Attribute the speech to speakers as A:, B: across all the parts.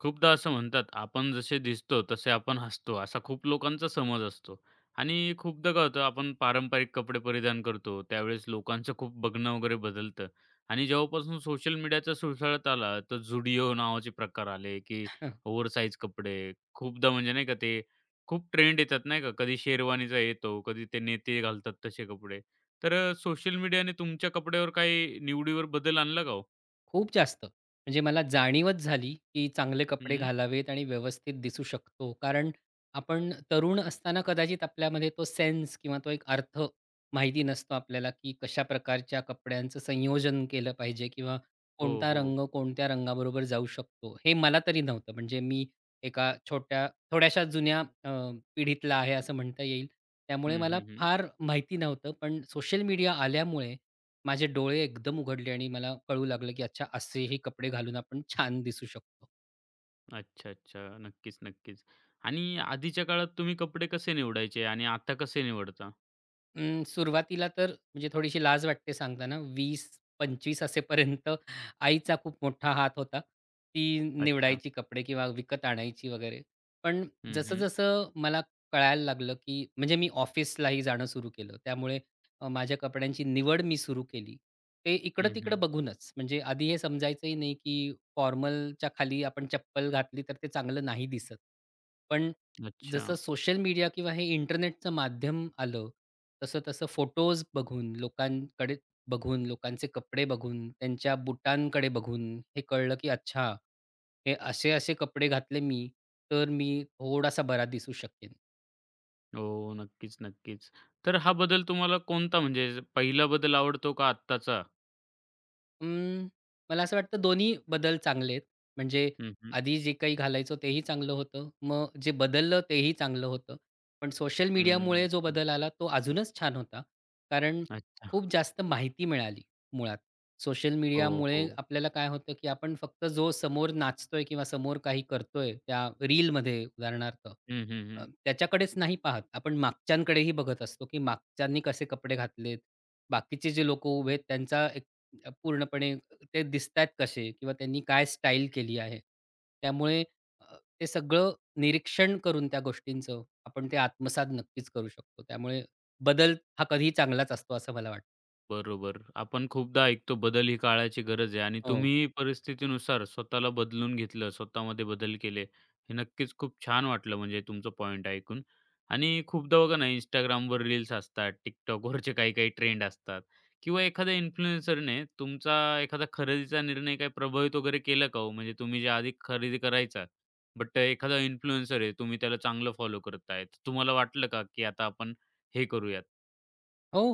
A: खूपदा असं म्हणतात, आपण जसे दिसतो तसे आपण हसतो, असा खूप लोकांचा समज असतो. आणि खूपदा काय होतं, आपण पारंपरिक कपडे परिधान करतो, त्यावेळेस लोकांचं खूप बघणं वगैरे बदलतं. आणि जेव्हापासून सोशल मीडियाचा सुळसुळाट आला, तर झुडिओ नावाचे प्रकार आले, की
B: हं,
A: ओव्हरसाइज कपडे. खूपदा म्हणजे नाही का, ते खूप ट्रेंड येतात नाही का, कधी शेरवानीचा येतो, कधी ते नेते घालतात तसे कपडे. तर सोशल मीडियाने तुमच्या कपड्यावर काही निवडीवर बदल आणला का हो?
B: खूप जास्त. म्हणजे मला जाणीवच झाली, की चांगले कपडे
A: हं.
B: घालावेत आणि व्यवस्थित दिसू शकतो. कारण आपण तरुण असताना कदाचित आपल्यामध्ये तो सेन्स किंवा तो एक अर्थ माहिती नसतो आपल्याला, की कशा प्रकारच्या कपड्यांचं संयोजन केलं पाहिजे किंवा
A: हो,
B: कोणता
A: हो.
B: रंग कोणत्या रंगाबरोबर जाऊ शकतो. हे मला तरी नव्हतं. म्हणजे मी एका छोट्या थोड्याशा जुन्या पिढीतला आहे असं म्हणता येईल. त्यामुळे
A: हं,
B: मला
A: हं, हं.
B: फार माहिती नव्हतं. पण सोशल मीडिया आल्यामुळे माझे डोळे एकदम उघडले आणि मला कळू लागलं, की अच्छा असेही कपडे घालून आपण छान दिसू शकतो.
A: अच्छा, अच्छा. नक्कीच, नक्कीच. आणि आधीच्या काळात तुम्ही कपडे कसे निवडायचे आणि आता कसे निवडता?
B: सुरुवातीला तर म्हणजे थोडीशी लाज वाटते सांगताना. 20-25 असेपर्यंत आईचा खूप मोठा हात होता. ती
A: अच्छा.
B: निवडायची कपडे किंवा विकत आणायची वगैरे. पण
A: हं, हं.
B: जसं-जसं मला कळायला लागलं, की म्हणजे मी ऑफिसलाही जाणं सुरू केलं. त्यामुळे माझ्या कपड्यांची निवड मी सुरू केली. ते
A: हं,
B: इकडं-तिकडं
A: हं.
B: बघूनच. म्हणजे आधी हे समजायचंही नाही, की फॉर्मलच्या खाली आपण चप्पल घातली तर ते चांगलं नाही दिसत. पण
A: अच्छा.
B: जसं सोशल मीडिया किंवा हे इंटरनेटचं माध्यम आलं, तसं-तसं फोटोज बघून, लोकांकडे बघून, लोकांचे कपडे बघून, त्यांच्या बुटांकडे बघून हे कळलं, की अच्छा, हे असे-असे कपडे घातले मी, तर मी थोडासा बरा दिसू शकेन.
A: हो. नक्कीच, नक्कीच. तर हा बदल तुम्हाला कोणता म्हणजे पहिला बदल आवडतो का आत्ताचा?
B: अं, मला असं वाटतं दोन्ही बदल चांगले आहेत. म्हणजे
A: हं, हं.
B: आधी जे काही घालायचो तेही चांगलं होतं. मग जे बदललं तेही चांगलं होतं. पण सोशल
A: हं.
B: मीडियामुळे जो बदल आला तो अजूनच छान होता. कारण
A: अच्छा.
B: खूप जास्त माहिती मिळाली मुळात. सोशल
A: हो,
B: मीडियामुळे
A: हो.
B: आपल्याला काय होतं, की आपण फक्त जो समोर नाचतोय किंवा समोर काही करतोय त्या रीलमध्ये उदाहरणार्थ,
A: हं, हं, हं.
B: त्याच्याकडेच नाही पाहत. आपण मागच्यांकडेही बघत असतो, की मागच्यांनी कसे कपडे घातलेत. बाकीचे जे लोकं उभे आहेत त्यांचा पूर्णपणे ते दिसतायत कसे किंवा त्यांनी काय स्टाईल केली आहे. त्यामुळे अ, ते सगळं निरीक्षण करून त्या गोष्टींचं आपण ते आत्मसात नक्कीच करू शकतो. त्यामुळे बदल हा कधीही चांगलाच असतो असं मला वाटतं.
A: बरोबर. आपण खूपदा ऐकतो बदल ही काळाची गरज आहे आणि
B: हो.
A: तुम्ही परिस्थितीनुसार स्वतःला बदलून घेतलं, स्वतःमध्ये बदल केले. हे नक्कीच खूप छान वाटलं म्हणजे तुमचं पॉइंट ऐकून. आणि खूपदा बघा ना Instagramवर रील्स असतात, TikTokवरचे काही-काही ट्रेंड असतात किंवा एखाद्या इन्फ्लुएन्सरने तुमचा एखादा खरेदीचा निर्णय काही प्रभावित वगैरे केलं का हो? म्हणजे तुम्ही जे आधी खरेदी करायचा, बट एखादा इन्फ्लुएन्सर आहे, तुम्ही त्याला चांगलं फॉलो करताय. तर तुम्हाला वाटलं का, की आता आपण हे करूयात?
B: हो,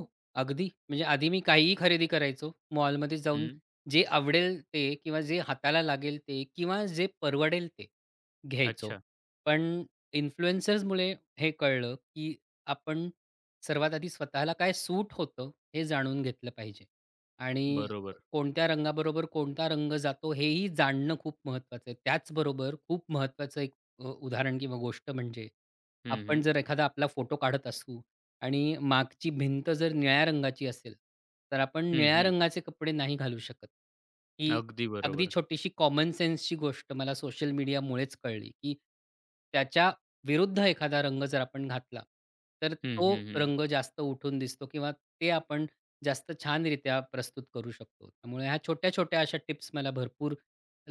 B: अगदी. म्हणजे आधी मी काहीही खरेदी करायचो. मॉलमध्ये जाऊन
A: हं.
B: जे आवडेल ते किंवा जे हाताला लागेल ते किंवा जे परवडेल ते घ्यायचो.
A: अच्छा.
B: पण इन्फ्लुएन्सर्समुळे हे कळलं, की आपण सर्वात आधी स्वतःला काय सूट होतं, हे जाणून घेतलं पाहिजे. आणि
A: बरोबर.
B: कोणत्या रंगाबरोबर कोणता रंग जातो, हेही जाणणं खूप महत्त्वाचं आहे. त्याचबरोबर खूप महत्त्वाचं एक उदाहरण किंवा गोष्ट म्हणजे,
A: हं,
B: आपण
A: हं.
B: जर एखादा आपला फोटो काढत असू आणि मागची भिंत जर निळ्या रंगाची असेल, तर आपण
A: हं,
B: निळ्या
A: हं.
B: रंगाचे कपडे नाही घालू शकत. ही
A: अगदी
B: अगदी
A: बरोबर.
B: छोटीशी कॉमन सेन्सची गोष्ट मला सोशल मीडियामुळेच कळली, की त्याच्या विरुद्ध एखादा रंग जर आपण घातला, तर
A: हं,
B: तो
A: हं, हं.
B: रंग जास्त उठून दिसतो किंवा ते आपण जास्त छानरित्या प्रस्तुत करू शकतो. त्यामुळे ह्या छोट्या-छोट्या अशा टिप्स मला भरपूर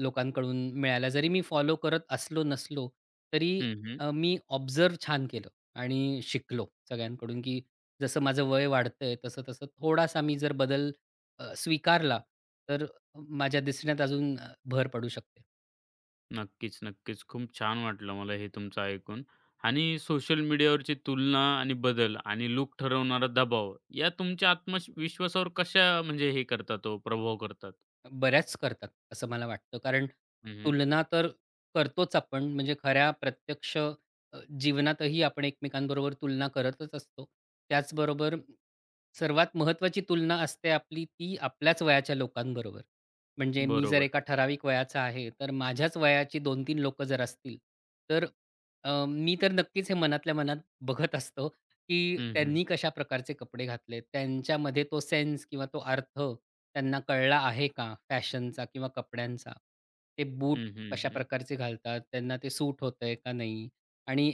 B: लोकांकडून मिळाल्या. जरी मी फॉलो करत असलो नसलो, तरी
A: हं, हं.
B: मी ऑब्झर्व्ह छान केलं आणि शिकलो सगळ्यांकडून, की जसं माझं वय वाढतंय तसं-तसं थोडासा मी जर बदल स्वीकारला, तर माझ्या दिसण्यात अजून भर पडू शकते.
A: नक्कीच, नक्कीच. खूप छान वाटलं मला हे तुमचं ऐकून आणि सोशल मीडियावरची तुलना आणि बदल आणि लूक ठरवणारा दबाव या तुमच्या विश्वासावर कशा म्हणजे हे करतात हो, प्रभाव करतात?
B: बऱ्याच करतात असं मला वाटतं. कारण
A: हं, हं.
B: तुलना तर करतोच आपण म्हणजे खऱ्या प्रत्यक्ष जीवनातही आपण एकमेकांबरोबर तुलना करतच असतो. त्याचबरोबर सर्वात महत्त्वाची तुलना असते आपली ती आपल्याच वयाच्या लोकांबरोबर. म्हणजे मी जर
A: बरोबर.
B: एका ठराविक वयाचा आहे, तर माझ्याच वयाची 2-3 लोकं जर असतील, तर मी तर नक्कीच हे मनातल्या मनात बघत असतो की
A: हं, हं.
B: त्यांनी कशा प्रकारचे कपडे घातलेत, त्यांच्यामध्ये तो सेन्स किंवा तो अर्थ त्यांना कळला आहे का फॅशनचा किंवा कपड्यांचा? ते बूट
A: हं, हं,
B: कशा
A: हं.
B: प्रकारचे घालतात, त्यांना ते सूट होतंय का नाही? आणि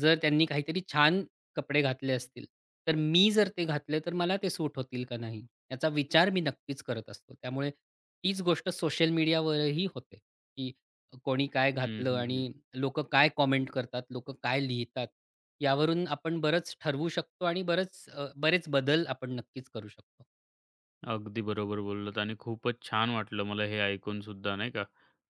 B: जर त्यांनी काहीतरी छान कपडे घातले असतील, तर मी जर ते घातले तर मला ते सूट होतील का नाही? याचा विचार मी नक्कीच करत असतो. त्यामुळे तीच गोष्ट सोशल मीडियावरही होते, की कोणी काय
A: हं,
B: घातलं
A: हं,
B: आणि
A: हं.
B: लोकं काय कॉमेंट करतात, लोकं काय लिहितात, यावरून आपण बरंच ठरवू शकतो आणि बरेच बदल आपण नक्कीच करू शकतो.
A: अगदी बरोबर बोललात आणि खूपच छान वाटलं मला हे ऐकून सुद्धा नाही का,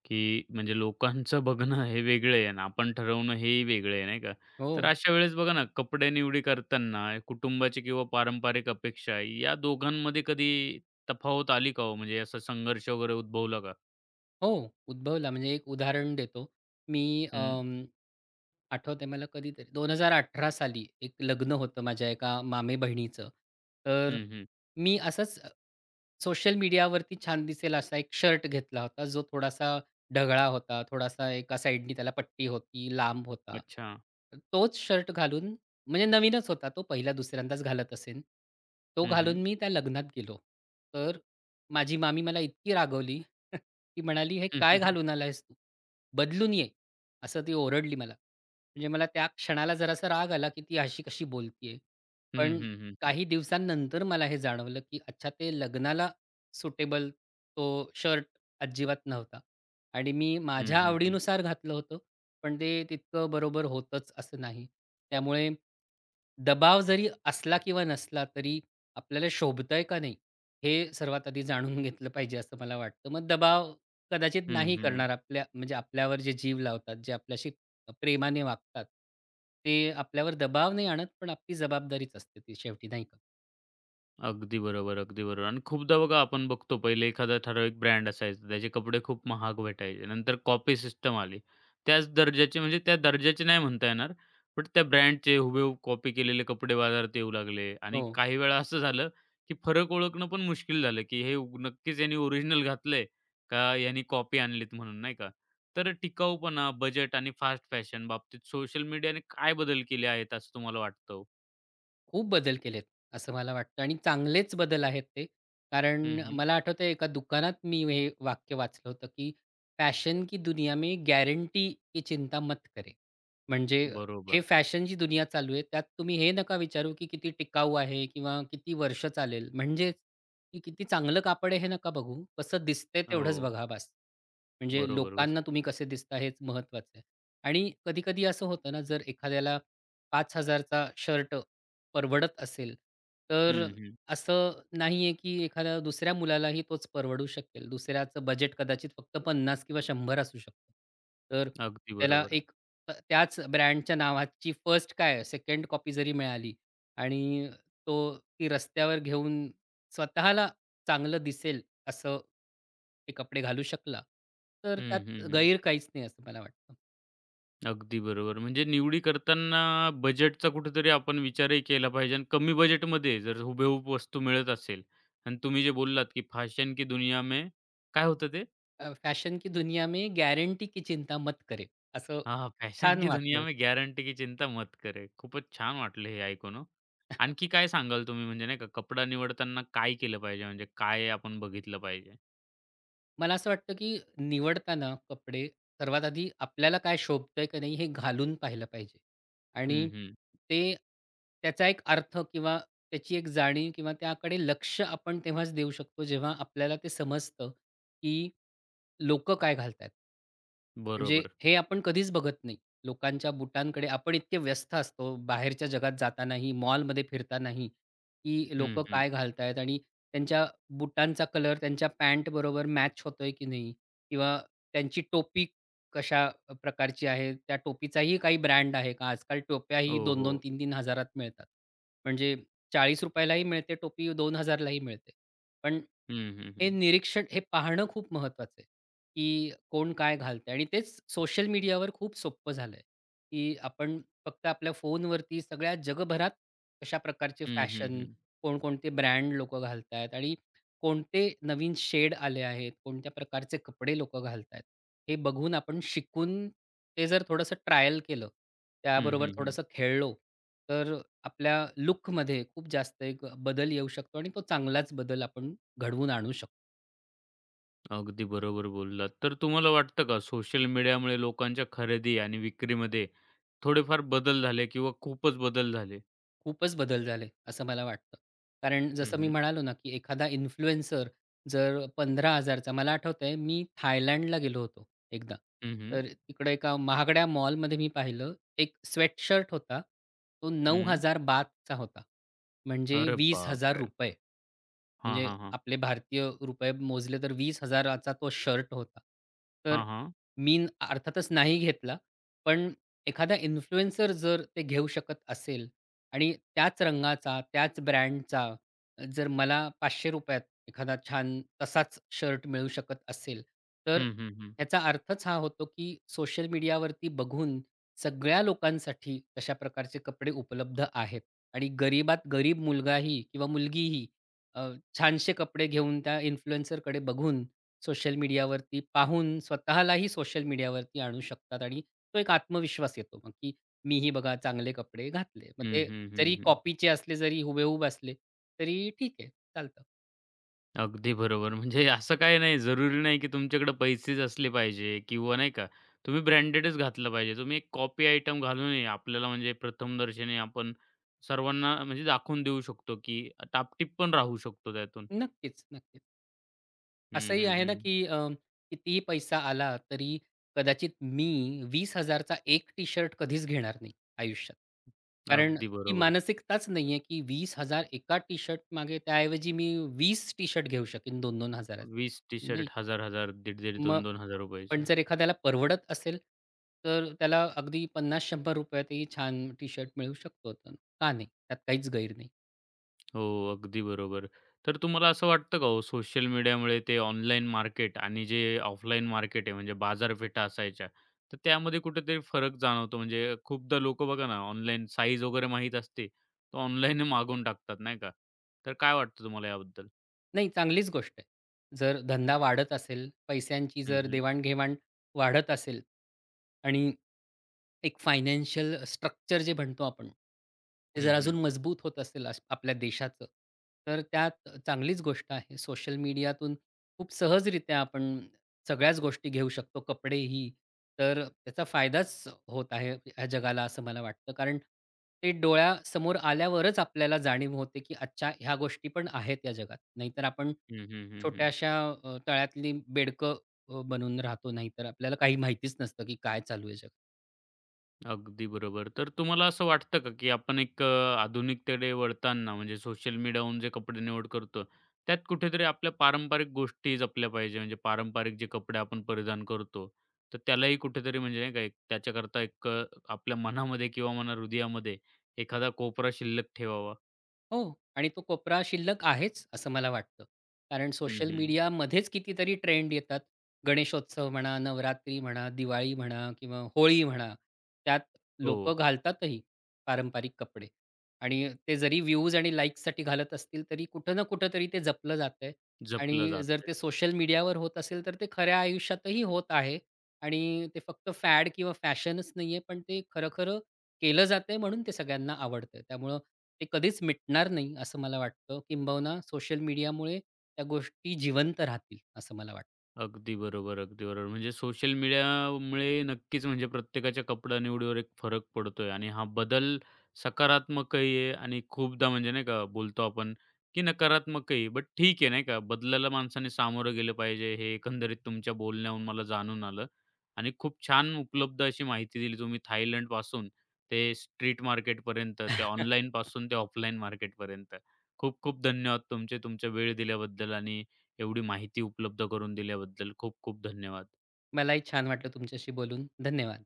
A: की म्हणजे लोकांचं बघणं हे वेगळं आहे आणि आपण ठरवणं हेही वेगळं आहे नाही का.
B: हो,
A: तर अशा वेळेस बघा ना, कपडे निवडी करताना कुटुंबाची किंवा पारंपरिक अपेक्षा या दोघांमध्ये कधी तफावत आली का हो? म्हणजे असा संघर्ष वगैरे उद्भवला का?
B: हो, उद्भवला म्हणजे एक उदाहरण देतो. मी
A: हं,
B: आठवतंय मला कधीतरी 2018 साली एक लग्न होतं माझ्या एका मामेबहिणीचं. तर
A: हं, हं.
B: मी असंच सोशल मीडियावरती छान दिसेल असा एक शर्ट घेतला होता, जो थोडासा ढगळा होता, थोडासा एका साइडनी त्याला पट्टी होती, लांब होता.
A: अच्छा.
B: तर तोच शर्ट घालून म्हणजे नवीनच होता तो, पहिला-दुसऱ्यांदाच घालत असेन. तो
A: हं, हं.
B: घालून मी त्या लग्नात गेलो. तर माझी मामी मला इतकी रागवली, ती म्हणाली, "हे काय घालून आलायस तू? बदलून ये." असं ती ओरडली मला. म्हणजे मला त्या क्षणाला जरासा राग आला, की ती अशी कशी बोलतीये.
A: हं,
B: पण
A: हं, हं.
B: काही दिवसांनंतर मला हे जाणवलं, की अच्छा ते लग्नाला सुटेबल तो शर्ट अजिबात नव्हता आणि मी
A: हं,
B: माझ्या
A: हं, हं, हं. हं, हं,
B: आवडीनुसार घातलं होतं. पण ते तितकं बरोबर होतंच असं नाही. त्यामुळे दबाव जरी असला किंवा नसला तरी आपल्याला शोभतंय का नाही, हे सर्वात आधी जाणून घेतलं पाहिजे असं मला वाटतं. मग दबाव कदाचित नाही करणार आपल्या म्हणजे आपल्यावर जे जीव लावतात, जे आपल्याशी प्रेमाने वागतात, ते आपल्यावर दबाव नाही आणत, पण आपली जबाबदारीच असते ती शेवटी, नाही का?
A: अगदी बरोबर, अगदी बरोबर. आणि खूपदा बघा आपण बघतो पहिले एखादा ठराविक ब्रँड असायचा. त्याचे कपडे खूप महाग भेटायचे. नंतर कॉपी सिस्टम आली. त्याच दर्जाचे म्हणजे त्या दर्जाचे नाही म्हणता येणार, बट त्या ब्रँडचे हुबेहूब कॉपी केलेले कपडे बाजारात येऊ लागले. आणि
B: हो.
A: काही वेळा असं झालं, की फरक ओळखणं पण मुश्किल झालं, की नक्कीच यांनी ओरिजिनल घातलंय का यांनी कॉपी आणलीत म्हणून, नाही का? तर टिकाऊपणा, बजेट आणि फास्ट फॅशन बाबतीत सोशल मीडियाने काय बदल केले आहेत असं तुम्हाला वाटतं हो?
B: खूप बदल केलेत, असं मला वाटतं आणि चांगलेच बदल आहेत ते. कारण
A: हं,
B: मला आठवतंय एका दुकानात मी हे वाक्य वाचलं होतं, की "फॅशन की दुनिया में गॅरंटी की चिंता मत करे." म्हणजे हे
A: बरोबर.
B: फॅशनची दुनिया चालू आहे, त्यात तुम्ही हे नका विचारू, की किती टिकाऊ आहे किंवा किती वर्ष चालेल. म्हणजेच की किती चांगलं कापड आहे हे नका बघू, कसं दिसतंय तेवढंच
A: हो.
B: बघा बास. म्हणजे
A: बरोबर बसव
B: लोकांना तुम्ही कसे दिसता हेच महत्त्वाचं आहे. आणि कधी-कधी असं होतं ना, जर एखाद्याला 5,000चा शर्ट परवडत असेल, तर
A: हं, हं.
B: असं नाही आहे की एखाद्या दुसऱ्या मुलालाही तोच परवडू शकेल. दुसऱ्याचं बजेट कदाचित फक्त 50 किंवा 100 असू शकतं. तर
A: अगदी
B: त्याला
A: बरोबर.
B: एक त्याच ब्रँडच्या नावाची फर्स्ट काय सेकंड कॉपी जरी मिळाली आणि तो ती रस्त्यावर घेऊन स्वतःला चांगलं दिसेल असं ते कपडे घालू शकला, तर
A: हं,
B: त्यात
A: हं, हं.
B: गैर काहीच नाही असं मला वाटतं.
A: अगदी बरोबर. म्हणजे निवडी करताना बजेटचा कुठेतरी आपण विचारही केला पाहिजे आणि कमी बजेटमध्ये जर हुबेहूब वस्तू मिळत असेल आणि तुम्ही जे बोललात, की फॅशन की दुनिया में काय होतं ते?
B: फॅशन की दुनिया में गॅरंटी की चिंता मत करे असं
A: हां, फॅशन
B: छान
A: की दुनिया
B: वाक्य.
A: में गॅरंटी की चिंता मत करे. खूपच छान वाटलं हे ऐकून हो. आणखी काय सांगाल तुम्ही म्हणजे नाही का कपडा निवडताना काय केलं पाहिजे? म्हणजे काय आपण बघितलं पाहिजे?
B: मला असं वाटतं, की निवडताना कपडे सर्वात आधी आपल्याला काय शोभतंय का नाही हे घालून पाहिलं पाहिजे. आणि
A: हं, हं.
B: ते त्याचा एक अर्थ किंवा त्याची एक जाणीव किंवा त्याकडे लक्ष आपण तेव्हाच देऊ शकतो, जेव्हा आपल्याला ते समजतं, की लोकं काय घालतायत? म्हणजे
A: बरोबर.
B: हे आपण कधीच बघत नाही. लोकांच्या बुटांकडे आपण इतके व्यस्त असतो बाहेरच्या जगात जातानाही, मॉलमध्ये फिरतानाही, की लोकं
A: हं, हं.
B: काय घालतायत आणि त्यांच्या बुटांचा कलर त्यांच्या पॅन्ट बरोबर मॅच होतोय की नाही? किंवा त्यांची टोपी कशा प्रकारची आहे? त्या टोपीचाही काही ब्रँड आहे का? आजकाल
A: हो,
B: टोप्याही
A: हो.
B: 2-2, 3-3 हजारात मिळतात. म्हणजे ₹40 लाही मिळते टोपी, 2000 लाही मिळते. पण
A: हं, हं,
B: हे
A: हं.
B: निरीक्षण हे पाहणं खूप महत्वाचं आहे. की कोण काय घालतंय आणि तेच सोशल मीडियावर खूप सोपं झालंय, की आपण फक्त आपल्या फोनवरती सगळ्या जगभरात कशा प्रकारचे
A: हं, हं,
B: फॅशन,
A: हं.
B: कोणकोणते ब्रँड लोकं घालतायत आणि कोणते नवीन शेड आले आहेत, कोणत्या प्रकारचे कपडे लोक घालतायत. हे बघून आपण शिकून ते जर थोडंसं ट्रायल केलं,
A: हं,
B: त्याबरोबर
A: हं, हं.
B: थोडंसं खेळलो, तर आपल्या लूकमध्ये खूप जास्त एक बदल येऊ शकतो आणि तो चांगलाच बदल आपण घडवून आणू शकतो.
A: अगदी बरोबर बोललात. तर तुम्हाला वाटतं का सोशल मीडियामुळे लोकांच्या खरेदी आणि विक्रीमध्ये थोडेफार बदल झाले किंवा खूपच बदल झाले?
B: खूपच बदल झाले, असं मला वाटतं. कारण
A: हं,
B: जसं मी
A: हं.
B: म्हणालो ना, की एखादा इन्फ्लुएन्सर जर 15,000 चा मला आठवतंय मी थायलंडला गेलो होतो एकदा.
A: हं, हं.
B: तर तिकडे एका महागड्या मॉलमध्ये मी पाहिलं, एक स्वेटशर्ट होता. तो
A: हं.
B: 9,000 बाथ चा होता. म्हणजे
A: अरे
B: ₹20,000.
A: बापरे! हां,
B: म्हणजे
A: हां, हां.
B: आपले भारतीय रुपये मोजले तर 20,000 चा तो शर्ट होता. तर
A: हां, हां.
B: अर्थातच नाही घेतला. पण एखादा इन्फ्लुएन्सर जर ते घेऊ शकत असेल, आणि त्याच रंगाचा, त्याच ब्रँडचा जर मला ₹500त एखादा छान तसाच शर्ट मिळू शकत असेल, तर
A: हं, हं, हं.
B: ह्याचा अर्थच हा होतो, की सोशल मीडियावरती बघून सगळ्या लोकांसाठी तशा प्रकारचे कपडे उपलब्ध आहेत आणि गरीबात गरीब मुलगाही किंवा मुलगीही अ, छानसे कपडे घेऊन त्या इन्फ्लुएन्सरकडे बघून, सोशल मीडियावरती पाहून स्वतःलाही सोशल मीडियावरती आणू शकतात आणि तो एक आत्मविश्वास येतो मग, की मीही बघा चांगले कपडे घातले. मग
A: हं,
B: ते
A: हं, हं,
B: जरी
A: हं.
B: कॉपीचे असले, जरी हुबेहूब असले, तरी ठीक आहे, चालतं.
A: अगदी बरोबर. म्हणजे असं काही नाही, जरुरी नाही की तुमच्याकडे पैसेच असले पाहिजे किंवा नाही का, तुम्ही ब्रँडेडच घातलं पाहिजे. तुम्ही एक कॉपी आयटम घालूनही आपल्याला म्हणजे प्रथमदर्शनी आपण सर्वांना म्हणजे दाखवून देऊ शकतो, की टापटीप पण राहू शकतो त्यातून.
B: नक्कीच, नक्कीच.
A: हं,
B: असंही
A: हं,
B: आहे ना,
A: हं.
B: की कितीही पैसा आला, तरी कदाचित मी 20,000 चा एक टी शर्ट कधीच घेणार नाही आयुष्यात. कारण
A: अगदी
B: ती
A: बरोबर.
B: मानसिकताच नाही आहे, की 20,000 एका टी शर्ट मागे त्याऐवजी मी 20 टी शर्ट घेऊ शकेन 2-2 हजाराचे.
A: 20
B: नाही.
A: टी-शर्ट
B: का?
A: 1000-1000, 1500,
B: मग
A: 2000-2000
B: पण
A: रुपयाचे.
B: जर एखाद्याला परवडत असेल, तर त्याला अगदी ₹50-100त ही छान टी-शर्ट मिळू शकतो तर का नाही? त्यात काहीच गैर नाही.
A: हो, अगदी बरोबर. तर तुम्हाला असं वाटतं का हो, सोशल मीडियामुळे ते ऑनलाईन मार्केट आणि जे ऑफलाईन मार्केट आहे, म्हणजे बाजारपेठा असायच्या, तर त्यामध्ये कुठेतरी फरक जाणवतो? म्हणजे खूपदा लोकं बघा ना, ऑनलाईन साईज वगैरे माहीत असते, तर ऑनलाईन मागवून टाकतात, नाही का? तर काय वाटतं तुम्हाला याबद्दल?
B: नाही, चांगलीच गोष्ट आहे. जर धंदा वाढत असेल, पैशांची
A: हं,
B: जर
A: हं.
B: देवाण-घेवाण वाढत असेल आणि एक फायनान्शियल स्ट्रक्चर जे म्हणतो आपण, ते
A: हं,
B: जर
A: हं.
B: अजून मजबूत होत असेल अश आपल्या देशाचं, तर त्यात चांगलीच गोष्ट आहे. सोशल मीडियातून खूप सहजरित्या आपण सगळ्याच गोष्टी घेऊ शकतो, कपडेही. तर त्याचा फायदाच होत आहे ह्या जगाला असं मला वाटतं. कारण ते डोळ्यासमोर आल्यावरच आपल्याला जाणीव होते, की अच्छा ह्या गोष्टी पण आहेत या जगात. नाहीतर आपण
A: हं, हं, हं,
B: छोट्याशा तळ्यातली बेडकं बनून राहतो. नाहीतर आपल्याला काही माहितीच नसतं, की काय चालू आहे जगात.
A: अगदी बरोबर. तर तुम्हाला असं वाटतं का, की आपण एक आधुनिकतेकडे वळताना म्हणजे सोशल मीडियाहून जे कपडे निवड करतो, त्यात कुठेतरी आपल्या पारंपरिक गोष्टी जपल्या पाहिजे. म्हणजे पारंपरिक जे कपडे आपण परिधान करतो, तर त्यालाही कुठेतरी म्हणजे नाही का एक त्याच्याकरता एक आपल्या मनामध्ये किंवा मना हृदयामध्ये एखादा कोपरा शिल्लक ठेवावा.
B: हो. आणि तो कोपरा शिल्लक आहेच, असं मला वाटतं. कारण
A: हं,
B: सोशल
A: हं.
B: मीडियामध्येच कितीतरी ट्रेंड येतात. गणेशोत्सव म्हणा, नवरात्री म्हणा, दिवाळी म्हणा किंवा होळी म्हणा. त्यात
A: हो,
B: लोकं घालतातही पारंपरिक कपडे आणि ते जरी व्ह्यूज आणि लाइक्ससाठी घालत असतील, तरी कुठं ना कुठेतरी ते जपलं जातंय
A: जपलं
B: आणि जर ते
A: जातं.
B: सोशल मीडियावर होत असेल, तर ते खऱ्या आयुष्यातही होत आहे आणि ते फक्त फॅड किंवा फॅशनच नाहीये, पण ते खरं-खरं केलं जातंय म्हणून ते सगळ्यांना आवडतंय. त्यामुळं ते कधीच मिटणार नाही असं मला वाटतं. किंबहुना सोशल मीडियामुळे त्या गोष्टी जिवंत राहतील असं मला वाटतं.
A: अगदी बरोबर, अगदी बरोबर. म्हणजे सोशल मीडियामुळे नक्कीच म्हणजे प्रत्येकाच्या कपडा निवडीवर एक फरक पडतोय आणि हा बदल सकारात्मकही आहे आणि खूपदा म्हणजे नाही का बोलतो आपण, की नकारात्मकही आहे. बट ठीक आहे नाही का, बदलाला माणसाने सामोरं गेलं पाहिजे हे एकंदरीत तुमच्या बोलण्याहून मला जाणून आलं आणि खूप छान उपलब्ध अशी माहिती दिली तुम्ही थायलंडपासून ते स्ट्रीट मार्केटपर्यंत, ते ऑनलाईनपासून ते ऑफलाईन मार्केटपर्यंत. खूप खूप धन्यवाद तुमचे, तुमचा वेळ दिल्याबद्दल आणि एवढी माहिती उपलब्ध करून दिल्याबद्दल खूप खूप धन्यवाद.
B: मलाही छान वाटलं तुमच्याशी बोलून. धन्यवाद.